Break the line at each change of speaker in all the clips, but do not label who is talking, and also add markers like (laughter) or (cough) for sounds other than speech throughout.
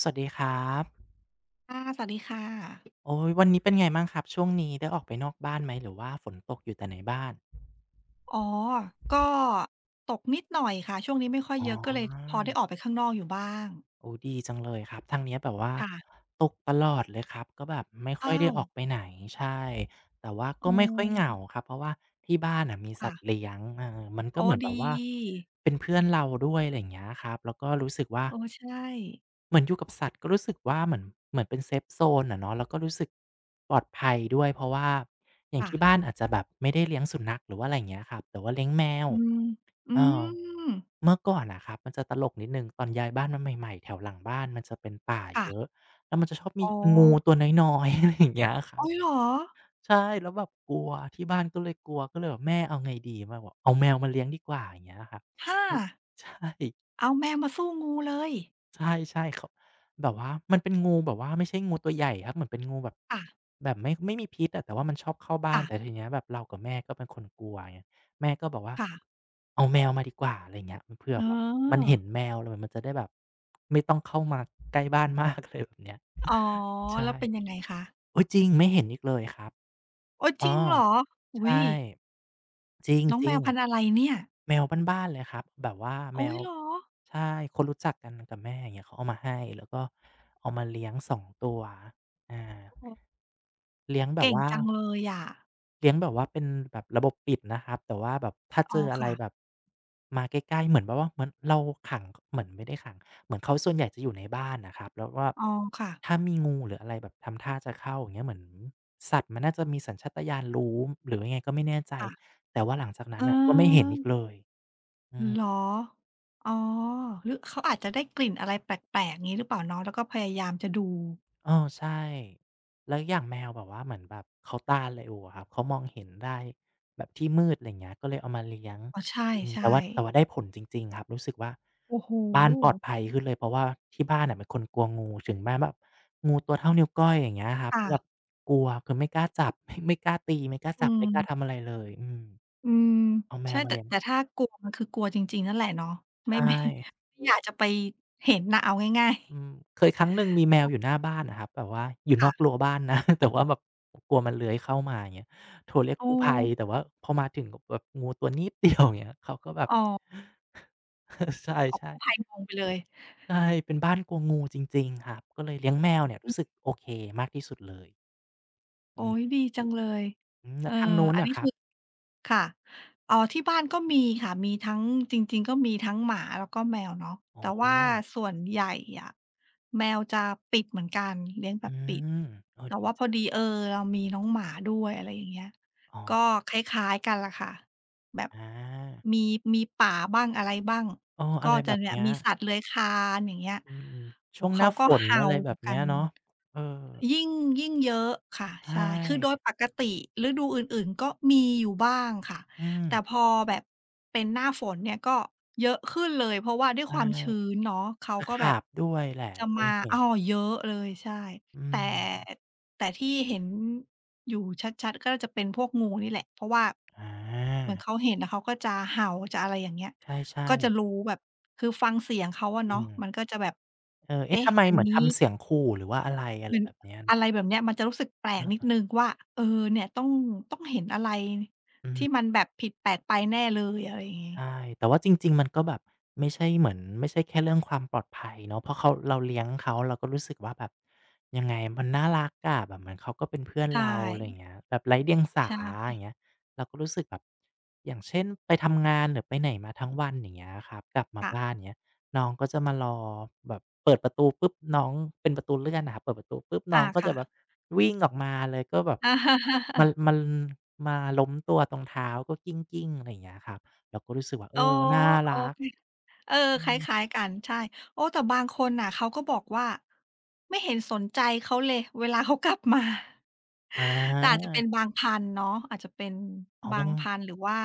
สวัสดีครับ
ค่ะสวัสดีค่ะ
โอ้ยวันนี้เป็นไงบ้างครับช่วงนี้ได้ออกไปนอกบ้านไหมหรือว่าฝนตกอยู่แต่ในบ้าน
อ๋อก็ตกนิดหน่อยค่ะช่วงนี้ไม่ค่อย
อ๋
เยอะก็เลยพอ
อ
ได้ออกไปข้างนอกอยู่บ้าง
โอ้ดีจังเลยครับทางเนี้ยแบบว่า
ค่ะ
ตกตลอดเลยครับก็แบบไม่ค่อย
อ้า
ได้
ว
ออกไปไหนใช่แต่ว่าก็
อื
ไม่ค่อย
ม
เหงาครับเพราะว่าที่บ้านน่ะมีสั
ค่ะ
ตว์เลี้ยงมันก็
โอ้
เหมือนแบ
ดี
บว่าเป็นเพื่อนเราด้วยอะไรอย่างเงี้ยครับแล้วก็รู้สึกว่า
เออใช่
เหมือนอยู่กับสัตว์ก็รู้สึกว่าเหมือนเหมือนเป็นเซฟโซนอะเนาะแล้วก็รู้สึกปลอดภัยด้วยเพราะว่าอย่าง
ค่ะ
ที่บ้านอาจจะแบบไม่ได้เลี้ยงสุนัขหรือว่าอะไรอย่างเงี้ยครับแต่ว่าเลี้ยงแมว
อืมอื
เออ
ม
เมื่อก่อนอะครับมันจะตลกนิดหนึ่งตอนย้ายบ้านมาใหม่ๆแถวหลังบ้านมันจะเป็นป่า
ค่ะ
เยอะแล้วมันจะชอบ
อ๋
มี
อ
งูตัวน้อยๆอะไรอย่างเงี้ยครั
อ๋อ
บ
เหรอ
ใช่แล้วแบบกลัวที่บ้านก็เลยกลัวก็เลยแบบแม่เอาไงดีแม่บอกเอาแมวมาเลี้ยงดีกว่าอย่างเงี้ยครับ
ค่ะ
เออ (laughs) ใช่
เอาแมวมาสู้งูเลย
ใช่ๆเขาแบบว่ามันเป็นงูแบบว่าไม่ใช่งูตัวใหญ่ครับเหมือนเป็นงูแบบ
ค่ะ
แบบไม่มีพิษอะแต่ว่ามันชอบเข้าบ้าน
ค่ะ
แต่ทีเนี้ยแบบเรากับแม่ก็เป็นคนกลัวไงแม่ก็บอกว่า
ค่ะ
เอาแมวมาดีกว่าอะไรเงี้ยเพื่อ
เออ
แบบมันเห็นแมวแล้วมันจะได้แบบไม่ต้องเข้ามาใกล้บ้านมาก (laughs) เลยแบบเนี้ย
อ๋อแล้
ใช่
วเป็นยังไงคะ
โอ้ยจริงไม่เห็นอีกเลยครับ
โอ๊ยจ
อ๋อ
ริงเหรออุ๊
ใช่
ย
จริง
น้อง
จ
แม
ริ
ว
ง
พันธุ์อะไรเนี่ย
แมวบ้านๆเลยครับแบบว่าแม
อุ๊ย
ว
เหรอ
ใช่คนรู้จักกันกับแม่อย่างเงี้ยเขาเอามาให้แล้วก็เอามาเลี้ยง2 ตัวอ่า
โอ้
เลี้ยงแบบ
เก่ง
ว่า
จังเลยอะ
เลี้ยงแบบว่าเป็นแบบระบบปิดนะครับแต่ว่าแบบถ้า
อ๋
เจ
อ
ออะไร
ค่ะ
แบบมาใกล้ๆเหมือนแบบว่าเหมือนเราขังเหมือนไม่ได้ขังเหมือนเขาส่วนใหญ่จะอยู่ในบ้านน่ะครับแล้วว่า
อ๋อค่ะ
ถ้ามีงูหรืออะไรแบบทำท่าจะเข้าอย่างเงี้ยเหมือนสัตว์มันน่าจะมีสัญชาตญาณรู้หรือยังไงก็ไม่แน่ใจ
ค่ะ
แต่ว่าหลังจาก
เ
นั้นน่ะก็ไม่เห็น
ออ
อีกเลยอืม
เหรออ๋อหรือเขาอาจจะได้กลิ่นอะไรแปลกๆงี้หรือเปล่าเนาะแล้วก็พยายามจะดู
เออใช่แล้วอย่างแมวแบบว่าเหมือนแบบเขาตาเร็วอะครับเขามองเห็นได้แบบที่มืดอะไรอย่างเงี้ยก็เลยเอามาเลี้ยง
อ๋อใช
อืม
่
แต่ว่าได้
ๆ
ผลจริงๆครับรู้สึกว่า
โอ้โฮ
บ้านปลอดภัยขึ้นเลยเพราะว่าที่บ้านน่ะเป็นคนกลัวงูถึงแม้แบบงูตัวเท่านิ้วก้อยอย่างเงี้ยครับ
ค่ะ
ก็แบบกลัวคือไม่กล้าจับไม่กล้าตีไม่กล้า
อื
จับไม่กล้า
ม
ทำอะไรเลยอืม
อืม
เอาแม
ใช่
วมา
แต่
เลี้ยง
แต่ถ้ากลัวมันคือกลัวจริงๆนั่นแหละเนาะไม่
ใช่
ไม่ไม่อยากจะไปเห็นน่ะเอาง่าย
อืมเคยครั้งหนึ่งมีแมวอยู่หน้าบ้านอะครับแบบว่าอยู่
ๆ
นอก
ค่ะ
รั้วบ้านนะ (laughs) แต่ว่าแบบกลัวมันเลื้อยเข้ามาอย่างเงี้ยโทรเรียก
เออ
กู้ภัยแต่ว่าพอมาถึงก็แบบงูตัวนิดเดียวอย่างเงี้ยเขาก็แบบ
อ๋อ
(laughs) ใช
อ๋อ
่
กู้ภัย
ๆ
งงไปเลย
ใช่เป็นบ้านกลัวงูจริงๆครับก็เลยเลี้ยงแมวเนี่ย
อื
รู้สึก
ม
โอเคมากที่สุดเลย
โอ๊
อื
ย
ม
ดีจังเลยเอ
แล้
อ
วทางนู้น
อัน
นะ
นี้
ครั
คือ
บ
ค่ะอ๋อที่บ้านก็มีค่ะมีทั้งจริงๆก็มีทั้งหมาแล้วก็แมวเนาะ
โอ้
แต่ว่า
อ
ส่วนใหญ่อะแมวจะปิดเหมือนกันเลี้ยงแบ
อื
บปิด
มโอ้
แต่
ดี
ว่าพอ
จ้ง
ดีเรามีน้องหมาด้วยอะไรอย่างเงี้ย
อ๋อ
ก็คล้ายๆกันแหละค่ะแบบ
อา
มีมีป่าบ้างอะไรบ้าง
เออ
ก็
อะไร
จะ
แบบ
เนี่ย
เนี้ย
มีสัตว์เลื้อยคลานอย่างเงี้ย
อืม
โอ้
ช่ว
โฮ
งห
เขา
น้า
ก็
ฝน
เห่า
อะไรแบบ
กั
เนี้
น
ยเนาะเออ
ยิ่งยิ่งเยอะค่ะ
ใช
ใช่คือโดย
่
ปกติฤดูอื่นๆก็มีอยู่บ้างค่ะ
อืม
แต่พอแบบเป็นหน้าฝนเนี่ยก็เยอะขึ้นเลยเพราะว่าด้วยค
ใช่
วามชื้นเนาะเขา
ตะ
ก็แบ
ขา
บ
บด้วยแหละ
จะ
เคย
มา
เห็
อ้อ
น
เยอะเลยใช่
อื
แต่
ม
แต่ที่เห็นอยู่ชัดๆก็จะเป็นพวกงูนี่แหละเพราะว่า
อ
เห
า
มือนเขาเห็นแล้วเขาก็จะเห่าจะอะไรอย่างเงี้ย
ใช่
ก็จะรู้
ๆ
แบบคือฟังเสียงเขาอะ
อื
เนาะ
ม
มันก็จะแบบ
เออเอ๊ะ
เอ๊ะ
ทำไม
อัน
เหมือน
นี้
ทำเสียงขู่หรือว่าอะไรอะ
เห
ไร
มือน
แบบเนี้ย
อะไร
เนาะ
แบบเนี้ยมันจะรู้สึกแปลกนิดหนึ่งว่าเออเนี่ยต้องเห็นอะไร
อื
ที่
ม
มันแบบผิดแปลกไปแน่เลยอะไรอย่างงี้
ใช่แต่ว่าจริงๆมันก็แบบไม่ใช่เหมือนไม่ใช่แค่เรื่องความปลอดภัยเนาะเพราะเขาเราเลี้ยงเขาเราก็รู้สึกว่าแบบยังไงมันน่ารักอะแบบเหมือนเขาก็เป็นเพื่อน
ใช่
เราอะไรอย่างเงี้ยแบบไร้เดียง
ใช
สาอ
่
ย่างเงี้ยเราก็รู้สึกแบบอย่างเช่นไปทำงานหรือไปไหนมาทั้งวันอย่างเงี้ยครับกลับมา
ค่ะ
บ้านอย่างเงี้ยน้องก็จะมารอแบบเปิดประตูปุ๊บน้องเป็นประตูเลื่อนอะครับเปิดประตูปุ๊บน้อ
อา
งก็
ค่ะ
จะแบบวิ่งออกมาเลยก็แบบ
(laughs)
มันมาล้มตัวตรงเท้าก็กลิ้งๆอะไรอย่างเงี้ยครับ เราก็รู้สึกว่าเอ
อ๋อ
อน่า
โอ
รัก
เคเออ
อื
ค
ม
ล้ายๆกันใช่โอ้แต่บางคนน่ะเขาก็บอกว่าไม่เห็นสนใจเขาเลยเวลาเขากลับมา
อ
(laughs) แต่อาจจะ
า
เป็นบางพันธุ์เนาะอาจจะเป็น
อ๋อ
บา
บา
ง
ง
พันธุ์หรือว่า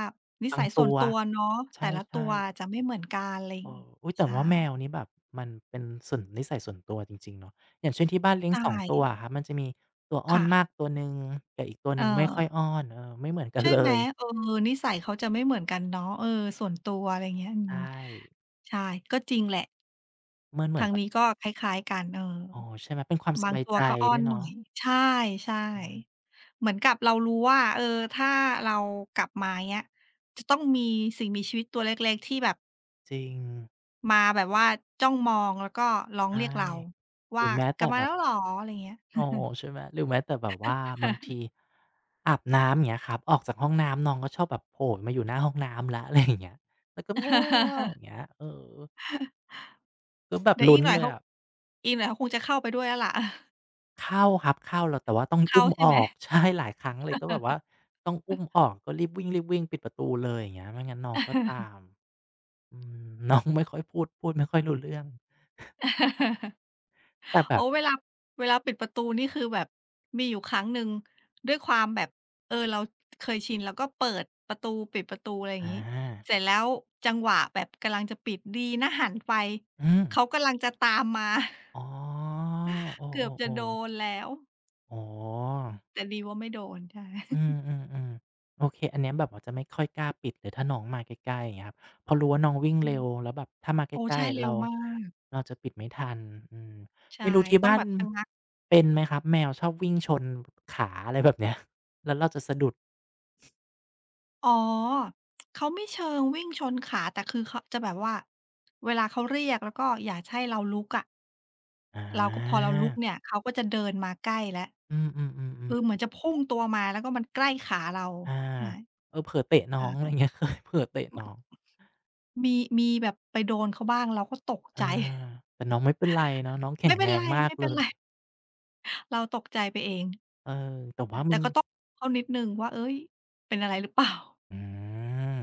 นิสัยส่
ตั
วน
ว
ตัวเนาะ
ใ
แต่ละตั
ช่
ว
ๆ
จะไม่เหมือนกันอะไรอ
เอ
ย่างงี้
ออุ๊ยแต่
ใช่
ว่าแมวนี่แบบมันเป็นส่วนนิสัยส่วนตัวจริงๆเนาะอย่างเช่นที่บ้านเลี้ยง
ใช่
2ตัวอะครับมันจะมีตัวอ้อน
ค่ะ
มากตัวหนึ่งแต่อีกตัวห
เออ
นึ่งไม่ค่อยอ้อนเออไม่เหมือนกัน
ใช่
เล
ไหม
ย
เออนิสัยเขาจะไม่เหมือนกันเนาะเออส่วนตัวอะไรเงี้ยอืม
ใช่
ใช่ก็จริงแหละ
มันเหมือ
ทา
น
ง
แบบ
นี้ก็คล้ายๆกันเออ
อ๋อใช่ไหมเป็นความส
บาง
บาย
ตัว
ใจ
ก็อ้อ
ด้
น
วย
หน่อ
เนาะ
ยใช่ใช่
อืม
เหมือนกับเรารู้ว่าเออถ้าเรากลับมาเงี้ยจะต้องมีสิ่งมีชีวิตตัวเล็กๆที่แบบ
จริง
มาแบบว่าจ้องมองแล้วก็ร้อง
ใช่
เรียกเรา
หรื
ว่า
อแม้
กลั
แต่
บมา
แบ
แล้
บ
วเหรออะไรเงี้ย
อ๋อใช่ไหมหรือแม้แต่แบบว่าบางทีอาบน้ำอย่างเงี้ยครับออกจากห้องน้ำน้องก็ชอบแบบโผล่มาอยู่หน้าห้องน้ำแล้ว (laughs) อะไรอย่างเงี้ยแล้วก็อย่าง
(laughs)
เงี้ยเออก็แบบ
เดี๋ยวอี
ลุ้
ก
น
หน่อย
เลย
เขา
อะ
อีกหน่อยเขาคงจะเข้าไปด้วยแล้วล่ะ (laughs)
เข้าครับเข้าแล้วแต่ว่าต้อง
เข้า
อุ้ม
ใช่
อ
ไหม
อก (laughs) ใช่หลายครั้งเลยก็แบบว่าต้องอุ้มออกก็รีบวิ่งปิดประตูเลยอย่างเงี้ยไม่งั้นน้องก็ตาม
(laughs)
อืม (laughs) น้องไม่ค่อยพูดไม่ค่อยรู้เรื่องแต่แบ
โอ้
บ
เวลาปิดประตูนี่คือแบบมีอยู่ครั้งหนึ่งด้วยความแบบเออเราเคยชินแล้วก็เปิดประตูปิดประตูอะไรอย่าง
อา
งี้เสร็จแล้วจังหวะแบบกำลังจะปิดดีนะหันไป
อืม
เขากำลังจะตามมา
อ๋อโอ
(laughs) เกือบจะ
อ
โด
ๆ
น
ๆ
แล้ว
อ๋อ
แต่ดีว่าไม่โดนใช่
อืมอืมอืมโอเคอันเนี้ยแบบว่าจะไม่ค่อยกล้าปิดเลยถ้าน้องมาใกล้ๆอย่างเงี้ยครับเพอรู้ว่าน้องวิ่ง
อืม
เร็วแล้วแบบถ้ามาใก
โอ้
ล้
ใช่
ๆ
เร็ว
เรา
มาก
เราจะปิดไม่ทันอืม
ใช่
ไม่รู้ที่
ต้อง
บ้า
แบ
น
บชะงัก
เป็นไหมครับแมวชอบวิ่งชนขาอะไรแบบเนี้ย (laughs) แล้วเราจะสะดุด
อ๋อเขาไม่เชิงวิ่งชนขาแต่คือเขาจะแบบว่าเวลาเขาเรียกแล้วก็อยากจะให้เราลุกอะ
อ
เราก็พอ
า
เราลุกเนี่ยเขาก็จะเดินมาใกล้แล้ว
อืมอืมอมอืม
คือเหมือนจะพุ่งตัวมาแล้วก็มันใกล้ขาเรา
อ่า
ใช่
เออเผลอเตะน้องอะไร
ใช่
เงี้ย (laughs) เคยเผลอเตะน้อง
มีแบบไปโดนเขาบ้างเราก็ตก
อา
ใจ
แต่น้องไม่เป็นไรเนาะ
(laughs)
น้องแข็
ไม่
ง
เป็น
แร
ไร
งมาก
ไม่
เล
เป็น
ย
ไรเราตกใจไปเอง
เออแต่
ค่ะ
ว่า
แต่
มัน
ก็ต้องเขานิดหนึ่งว่าเฮ้ยเป็นอะไรหรือเปล่า
อืม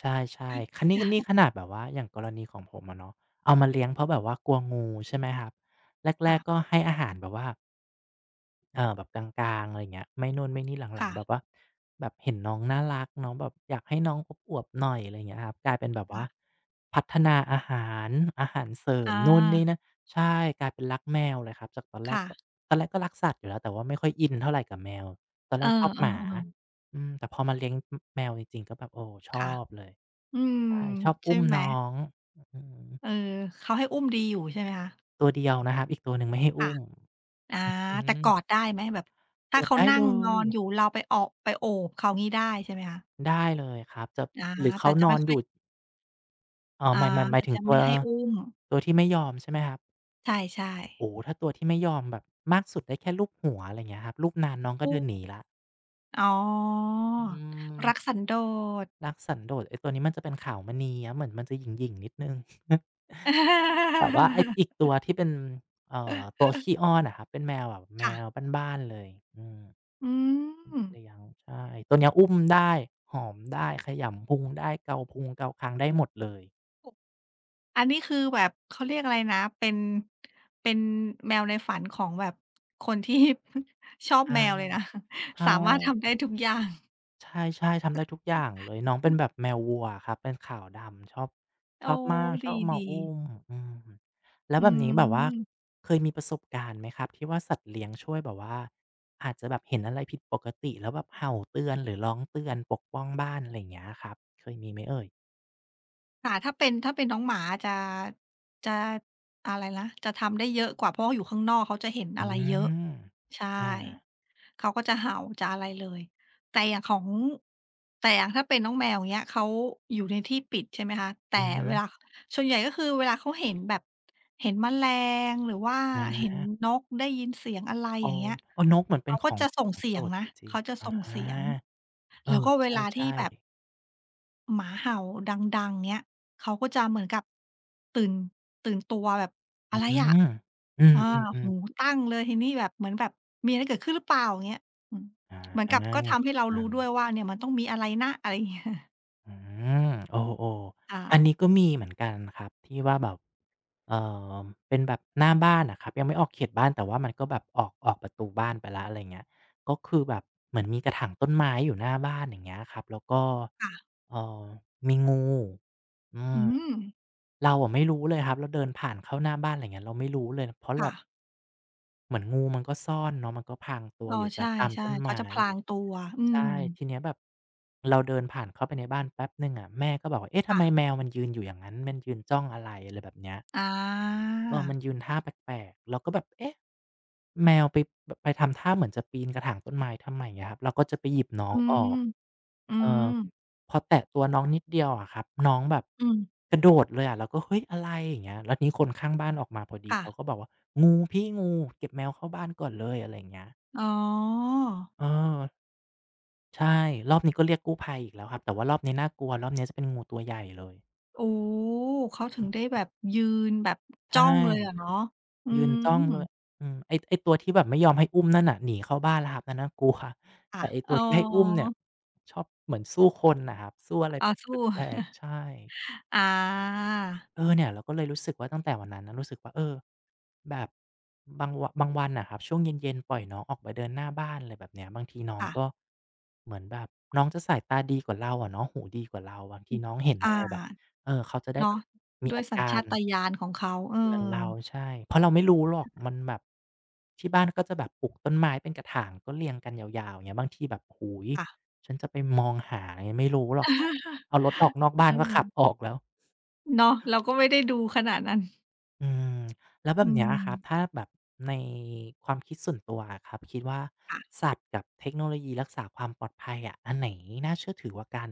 ใช่ๆคัน
(laughs)
นี่
ใช่
ขนาดแบบว่าอย่างกรณีของผมอะเนาะเอามาเลี้ยงเพราะแบบว่ากลัวงูใช่ไหมครับแรกๆก็
ค่ะ
ให้อาหารแบบว่า แบบกลางๆอะไรอเงี้ยไม่นู่นไม่นี่หลัง
ค่ะ
ๆแบบว่าแบบเห็นน้องน่ารักน้องแบบอยากให้น้องอวบๆหน่อยอะไรเงี้ยครับกลายเป็นแบบว่า
ค่ะ
พัฒนาอาหารเสริม
อา
นู่นนี่นั่นใช่กลายเป็นรักแมวเลยครับจากตอนแรก
ค่ะ
แบบตอนแรกก็รักสัตว์อยู่แล้วแต่ว่าไม่ค่อยอินเท่าไรกับแมวตอน
เอ
แร
อ
กชอบหมา
ๆ
อืมแต่พอมาเลี้ยงอแมวจริงๆก็แบบโอ้ช
ๆ
อ
ค่ะ
บเลย
อืม
ใช่ชอบอุ้
ใช่
ม
ไหม
น้องอืม
เออเขาให้อุ้มดีอยู่ใช่ไหมคะ
ตัวเดียวนะครับอีกตัวหนึ่งไม่ให้
ค่ะ
อุ้ม
อา
อื
แต่กอด
ม
ได้ไหมแบบ
ก
ถ้า
ด
เขา
ได้
นั่
เล
งนอ
ย
นอยู่เราไปออกไปโอบเขางี้ได้ใช่ไหมคะ
ได้เลยครับจะ
อา
หรือ
แต่
เขา
จะ
นอ
ไม่
น
ค่
อ
อ
ยู่
ย
เอ่อ
อา
หมาย
แต่
ถึง
จะ
ตั
ไม่
ว
ให้อุ้ม
ตัวที่ไม่ยอมใช่ไหมครับ
ใช่
โอ้โฮถ้าตัวที่ไม่ยอมแบบมากสุดได้แค่ลูบหัวอะไรอย่างเงี้ยครับลูบนานน้อง
ๆ
ก็
อื
เดิ
อ
นหนีแล้ว
อ๋อ
อืม
รักสันโดษ
รักสันโดษไอ้ตัวนี้มันจะเป็นขาวมณีครับเหมือนมันจะหยิ่งๆนิดหนึ่ง (laughs) แต่ว่าไอ้อีกตัวที่เป็นตัวขี้อ้อนอะครับเป็นแมวแบบแม
ค่ะ
ว
(laughs)
บ้านๆเลยอืม
อืม
เลี้ยงใช่ตัวเนี้ยอุ้มได้หอมได้ขยำพุงได้เกาพุงเกาคางได้หมดเลย
(unintelligible) อันนี้คือแบบเขาเรียกอะไรนะเป็นเป็นแมวในฝันของแบบคนที่ (laughs) ชอบ
อา
แมวเลยนะ (laughs)
ใช่
สามารถทำได้ทุกอย่าง
ใช่ทำได้ทุกอย่างเลยน้อง
อือ
เป็นแบบแมววัวอะครับเป็นขาวดำชอบ
อ๋อ
มาก
ด
ชอบมา
ีๆ
อุ้มอืมแล้ว
อื
แบบนี้แบบว่า
ม
เคยมีประสบการณ์ไหมครับที่ว่าสัตว์เลี้ยงช่วยแบบว่าอาจจะแบบเห็นอะไรผิดปกติแล้วแบบเห่าเตือนหรือร้องเตือนปกป้องบ้านอะไรอย่างเงี้ยครับเคยมีไหมเอ่ย
ค่ะถ้าเป็นถ้าเป็นน้องหมาจะจะอะไรนะจะทำได้เยอะกว่าเพราะว่าอยู่ข้างนอกเขาจะเห็น
อื
อะไรเยอะ
ม
ใช่
อา
เขาก็จะเห่าจะอะไรเลยแต่อย่างของแต่อย่างถ้าเป็นน้องแมวอย่างเงี้ยเขาอยู่ในที่ปิดใช่ไหมคะแต่
อือฮึ
เวลาส่วนใหญ่ก็คือเวลาเขาเห็นแบบเห็นแมลงหรือว่า
อ
เห็น
า
นกได้ยินเสียงอะไร
โอ
อย่างเงี้
น
ย
โอ้นกเหมือนเป็
เขา
นข
ก็
อง
จะส่งเสี
โป
ย
ร
ง
ด
นะ
จริง
เขาจะ
ๆ
ส่ง
อา
เสียง
เออ
แล้วก็เว
ใ
ลาที่
ช่
แบบ
ๆ
หมาเห่าดังๆเงี้ยเขาก็จะเหมือนกับตื่นตื่นตัวแบบ
อ
อะไรอะ
ืม
อา
อื
หู
มๆๆ
ตั้งเลยทีนี้แบบเหมือนแบบมีอะไรเกิดขึ้นหรือเปล่าอย่างเงี้ยอืม
อา
เหมือนกับก็ทำ
ดี
ให้เรา
จั
รู้
ง
ด้วยว่าเนี่ยมันต้องมีอะไรนะอะไรอย่างเงี้ย (laughs)
อืมโออๆอัน
อา
นี้ก็มีเหมือนกันครับที่ว่าแบบเอ่อเป็นแบบหน้าบ้านอะครับยังไม่ออกเขตบ้านแต่ว่ามันก็แบบออกประตูบ้านไปแล้วอะไรเงี้ยก็คือแบบเหมือนมีกระถางต้นไม้อยู่หน้าบ้านอย่างเงี้ยครับแล้วก็
ค่ะ
เอ่อมีงูอื
อื
ม
ม
เราอะไม่รู้เลยครับเราเดินผ่านเข้าหน้าบ้านไรเงี้ยเราไม่รู้เลยเพราะแบ
ค่ะ
บเหมือนงูมันก็ซ่อนเนาะมันก็พรางตัว
อ๋อ
อยู่
ใช
ตามตาม
่
ต้น
ๆเขา
ไม้
จะพ
อย่าง
ราง
เงี้ย
ตัวอื
ใช่
ม
ทีเนี้ยแบบเราเดินผ่านเข้าไปในบ้านแป๊บหนึ่งอะแม่ก็บอกว่าเอ๊ะทำ
ค่ะ
ไมแมวมันยืนอยู่อย่างนั้นมันยืนจ้องอะไรอะไรแบบเนี้ย
อา
เออมันยืนท่าแปลกๆเราก็แบบเอ๊ะแมวไปแบบไปทำท่าเหมือนจะปีนกระถางต้นไม้ทำไมอะครับเราก็จะไปหยิบน้อ
อื
งอ
ม
อก
อื
เอ
ม
อพอแตะตัวน้องนิดเดียวอะครับน้องแบบ
อืม
กระโดดเลยอะเราก็เฮ้ยอะไรอย่างเงี้ยแล้วทีนี้คนข้างบ้านออกมาพอดี
ค่ะ
เขาก็บอกว่างูพี่งูเก็บแมวเข้าบ้านก่อนเลยอะไรอย่างเงี้ย
อ๋อ
เออ ใช่รอบนี้ก็เรียกกู้ภัยอีกแล้วครับแต่ว่ารอบนี้น่ากลัวรอบนี้จะเป็นงูตัวใหญ่เลย
โอ้ เขาถึง
อื
ได้
ม
แบบยืนแบบ
ใช่
จ้องเลยอะเนาะอื
ยืน
ม
จ้องเลยอืมไอ้ตัวที่แบบไม่ยอมให้อุ้มนั่นน่ะหนีเข้าบ้านแล้วครับอนั้นน่ากลัว
ค่ะ
แต่ไอ้
อ๋
ตั
อ
วที่ให้อุ้มเนี่ยชอบเหมือนสู้คนน่ะครับสู้อะไร
อ๋อ
แบบ
สู้
แปลกๆใช่
อา
เออเนี่ยเราก็เลยรู้สึกว่าตั้งแต่วันนั้นนะรู้สึกว่าแบบบางวะบางวันนะครับช่วงเย็นๆปล่อยน้องออกไปเดินหน้าบ้านอะไรแบบเนี้ยบางทีน้อง
ค่ะ
ก็เหมือนแบบน้องจะสายตาดีกว่าเราอะเน้องหูดีกว่าเราบาง
อื
ที
อ
น้องเห็น
อ่า
อะไรแบบเออเขาจะได้แบ
เนาะ
บมี
ด้วย
อา
สัญ
กา
ชา
ร
ตญาณของเขาเอ
เตือน
อ
เราใช่เพราะเราไม่รู้หรอกมันแบบที่บ้านก็จะแบบปลูกต้นไม้เป็นกระถางก็เรียงกันยาวๆอย่างเงี้ยบางทีแบบหูย
ค่ะ
ฉันจะไปมองหาอะไรเงี้ยไม่รู้หรอกครับเอารถออ
(laughs)
กนอกบ้าน
เออ
ก็ขับออกแล้ว
เนาะเราก็ไม่ได้ดูขนาดนั้น
อืมแล้วแบ
อื
บเนี้ย
ม
ครับถ้าแบบในความคิดส่วนตัวอะครับคิดว่า
ค่ะ
สัตว์กับเทคโนโลยีรักษาความปลอดภัยอะอันไหนน่าเชื่อถือกว่ากัน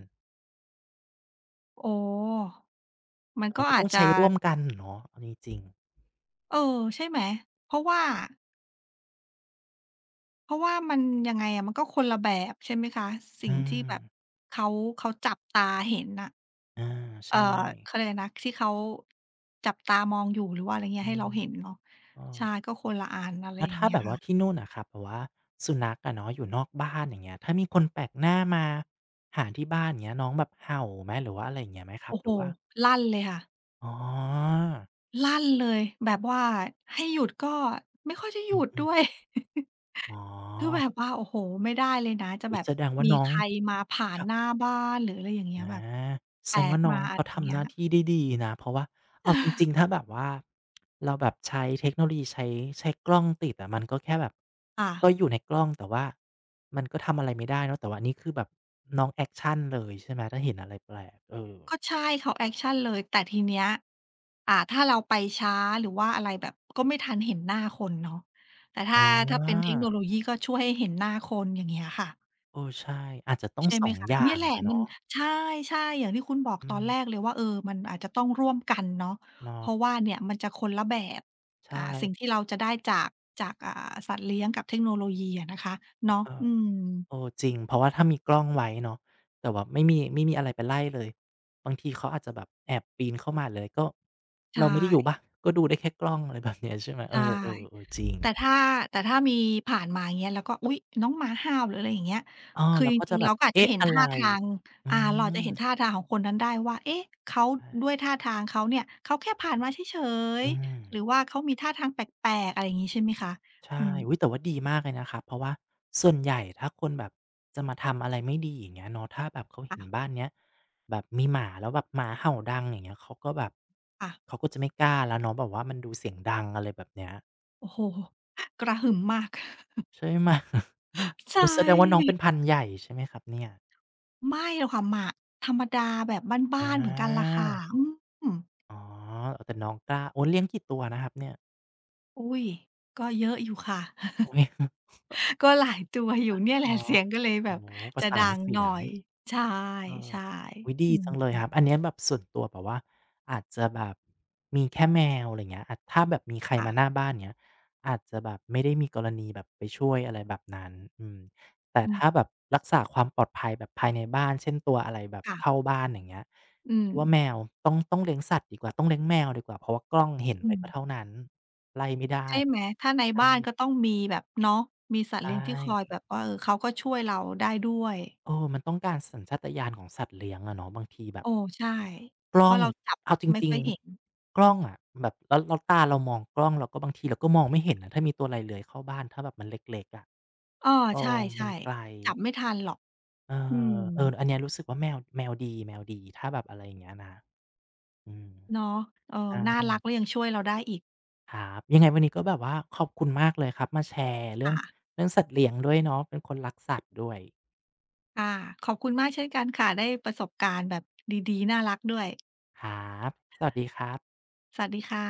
อ๋อมัน
แต่มั
ก็
นก็
อา
ต้
จ
อง
จะ
ใช้ร่วมกันเนาะเอาจริงๆ
เออ ใช่ไหม เพราะว่า เพราะว่ามันยังไงอะมันก็คนละแบบใช่ไหมคะสิ่ง
อืม
ที่แบบเขาเขาจับตาเห็นน่ะ
อา
เอ่
ใช่
อเขาเรียกอะไรนะที่เขาจับตามองอยู่หรือว่าอะไรเงี้ย
อื
ให้เรา
ม
เห็นเนาะ
ก็
ใช่ก็คนละอันอะไร
แล้
อ
ว
ย่าง
ถ้า
เงี้ย
แบบ
ค่ะ
ว่าที่นู่นน่ะครับแบบว่าสุนัขอะเนาะอยู่นอกบ้านอย่างเงี้ยถ้ามีคนแปลกหน้ามาหาที่บ้านอย่างเงี้ยน้องแบบเห่าไหมหรือว่าอะไรอย่างเงี้ยไหมครับ
โอ้
ห
โฮ
รือว่า
ลั่นเลยค่ะ
อ๋อ
ลั่นเลยแบบว่าให้หยุดก็ไม่ค่อยจะหยุ
อื
ดด้
ม
วย
ๆอ๋
(laughs) คือแบ
อ
บว่าโอ้โฮไม่ได้เลยนะจะ
อุ๊
แบ
ย
บ
แสดงว่า
มี
น้อ
ใค
ง
รมาผ่าน
คะ
หน้าบ้านหรืออะไรอย่างเงี้
อ
ยแบบ
า
แป
แส
ล
ดง
ก
ว่าน้
มา
อง
อะไร
เขา
อย่าง
ทำ
เงี้
ห
ย
น้าที่ได้ดีนะเพราะว่าเอาจริงๆถ้า
(laughs)
แบบว่าเราแบบใช้เทคโนโลยีใช้กล้องติดอะมันก็แค่แบบ
ค่ะ
ก็อยู่ในกล้องแต่ว่ามันก็ทำอะไรไม่ได้เนาะแต่ว่าอันนี้คือแบบน้องแอกชันเลยใช่ไหมถ้าเห็นอะไรแปลกเออ
ก็ใช่เขาแอกชันเลยแต่ทีเนี้ยอ่าถ้าเราไปช้าหรือว่าอะไรแบบก็ไม่ทันเห็นหน้าคนเนาะแต่
อ๋
ถ้าเป็นเท
อ
คโนโลยีก็ช่วยให้เห็นหน้าคนอย่างเงี้ยค่ะ
เออใช่อาจจะต้อง
ใช่ไหม
2อง
คะ
อย่า
เนี่ย
ง
แหละ
อะ
มัน
เนาะ
ใช่ๆอย่างที่คุณบอก
อื
ตอน
ม
แรกเลยว่าเออมันอาจจะต้องร่วมกันเนาะเพ
เนาะ
ราะว่าเนี่ยมันจะคนละแบบ
ใช่
อ่าสิ่งที่เราจะได้จากจากสัตว์เลี้ยงกับเทคโนโลยีอะนะคะเนาะ
เออ
อืม
เออจริงเพราะว่าถ้ามีกล้องไว้เนาะแต่ว่าไม่มีอะไรไปไล่เลยบางทีเขาอาจจะแบบแอบปีนเข้ามาหรืออะไรก็
ใช
เราไม่ได้อยู่
่
บ้านก็ดูได้แค่กล้องอะไรแบบเนี้ยใช่ไหมเออ
ใช่
ๆเออจริง
แต่ถ้ามีผ่านมาอย่างเงี้ยแล้วก็อุ๊ยน้องหมาห้าวหรืออะไรอย่างเงี้ย
อ้อ
คือ
เรา
จ
ก็
ริ
จะ
งๆ
แบ
เรา
บ
ก็อาจจะ
เอ๊ะ
เห็น
อะไร
ท่าทาง
อื
เราอาจจะเห็น
ม
ท่าทางของคนนั้นได้ว่าเอ๊ะเขาด้ว
ใช่
ยท่าทางเขาเนี่ยเขาแค่ผ่านมาเฉย
อืม
ๆหรือว่าเขามีท่าทางแปลกๆอะไรอย่างงี้ใช่ไหมคะอื
ใช่
ม
อุ๊ยแต่ว่าดีมากเลยนะครับเพราะว่าส่วนใหญ่ถ้าคนแบบจะมาทำอะไรไม่ดีอย่างเงี้ยเนาะถ้าแบบเขาเห็นบ้า
ค่ะ
นเนี้ยแบบมีหมาแล้วแบบหมาเห่าดังอย่างเงี้ยเขาก็แบบ
ค่ะ
เขาก็จะไม่กล้าแล้วเนาะแบบว่ามันดูเสียงดังอะไรแบบเนี้ย
โอ้โฮกระหึ่มมาก
ใช่ไหม
(laughs)
(laughs)
ใช
โอ้แสดงว่าน้อง
่
เป็นพันธุ์ใหญ่ใช่ไหมครับเนี่ย
ไม่หรอกค่ะหมาธรรมดาแบบ
อ
บ้านๆเหมือนกันล่ะ
า
ค่ะอืม
อ๋อเออแต่น้องกล้าโอ้เลี้ยงกี่ตัวนะครับเนี่ย
อุ๊ยก็เยอะอยู่ค่ะ
โอ้เย (laughs)
ก็หลายตัวอยู่เนี่ยแหละ
อ๋อ
เสียงก็เลยแบ
โอ้
บ
โฮประ
จะ
สา
ดั
น
ง
เสี
หน่
ย
อ
ง
ยใช่
เออ
ใช่
อุ๊ยดี
อื
จังเลย
ม
ครับ อันเนี้ยแบบส่วนตัวแบบว่าอาจจะแบบมีแค่แมวอะไรเงี้ยอาจถ้าแบบมีใคร
ค่ะ
มาหน้าบ้านเงี้ยอาจจะแบบไม่ได้มีกรณีแบบไปช่วยอะไรแบบนั้นอืมแต่
อืม
ถ้าแบบรักษาความปลอดภัยแบบภายในบ้านเช่นตัวอะไรแบบ
ค่ะ
เข้าบ้านอย่างเงี้ย
อืม
คิดว่าแมวต้องเลี้ยงสัตว์ดีกว่าต้องเลี้ยงแมวดีกว่าเพราะว่ากล้องเห็น
อื
ไป
ม
ก็เท่านั้นไล่ไม่ได้
ใช่ไหมถ้าใน
ใช
บ้านก็ต้
่
องมีแบบเนาะมีสัต
ใช
ว์เลี้ยงที่คอย
่
แบบว่าเออเขาก็ช่วยเราได้ด้วย
เออมันต้องการสัญชาตญาณของสัตว์เลี้ยงอะเนาะบางทีแบ
โอ
บ
อใช่
ก
เพ
ล้อ
ราะ
ง
เราจับ
เอาจ
ไม่
ริ
ค่
ง
อยเห็น
ๆกล้องอะแบบแล้วตาเรามองกล้องเราก็บางทีเราก็มองไม่เห็นนะถ้ามีตัวอะไรเลื้อยเข้าบ้านถ้าแบบมันเล็กๆอะ
อ้อ
เอ
ใช
อมัน
่
ไกล
ๆจับไม่ทันหรอก
เออ
อืม
เอออันเนี้ยรู้สึกว่าแมวแมวดีถ้าแบบอะไรอย่างเงี้ยนะอืม
เนาะเออน่า
ได้
รักแล้วยังช่วยเราได้อีก
ครับยังไงวันนี้ก็แบบว่าขอบคุณมากเลยครับมาแชร์
ค่ะ
เรื่องสัตว์เลี้ยงด้วยเนาะเป็นคนรักสัตว์ด้วย
ค่ะขอบคุณมากเช่นกันค่ะได้ประสบการณ์แบบดีๆน่ารักด้วย
ครับสวัสดีครับ
สวัสดีค่ะ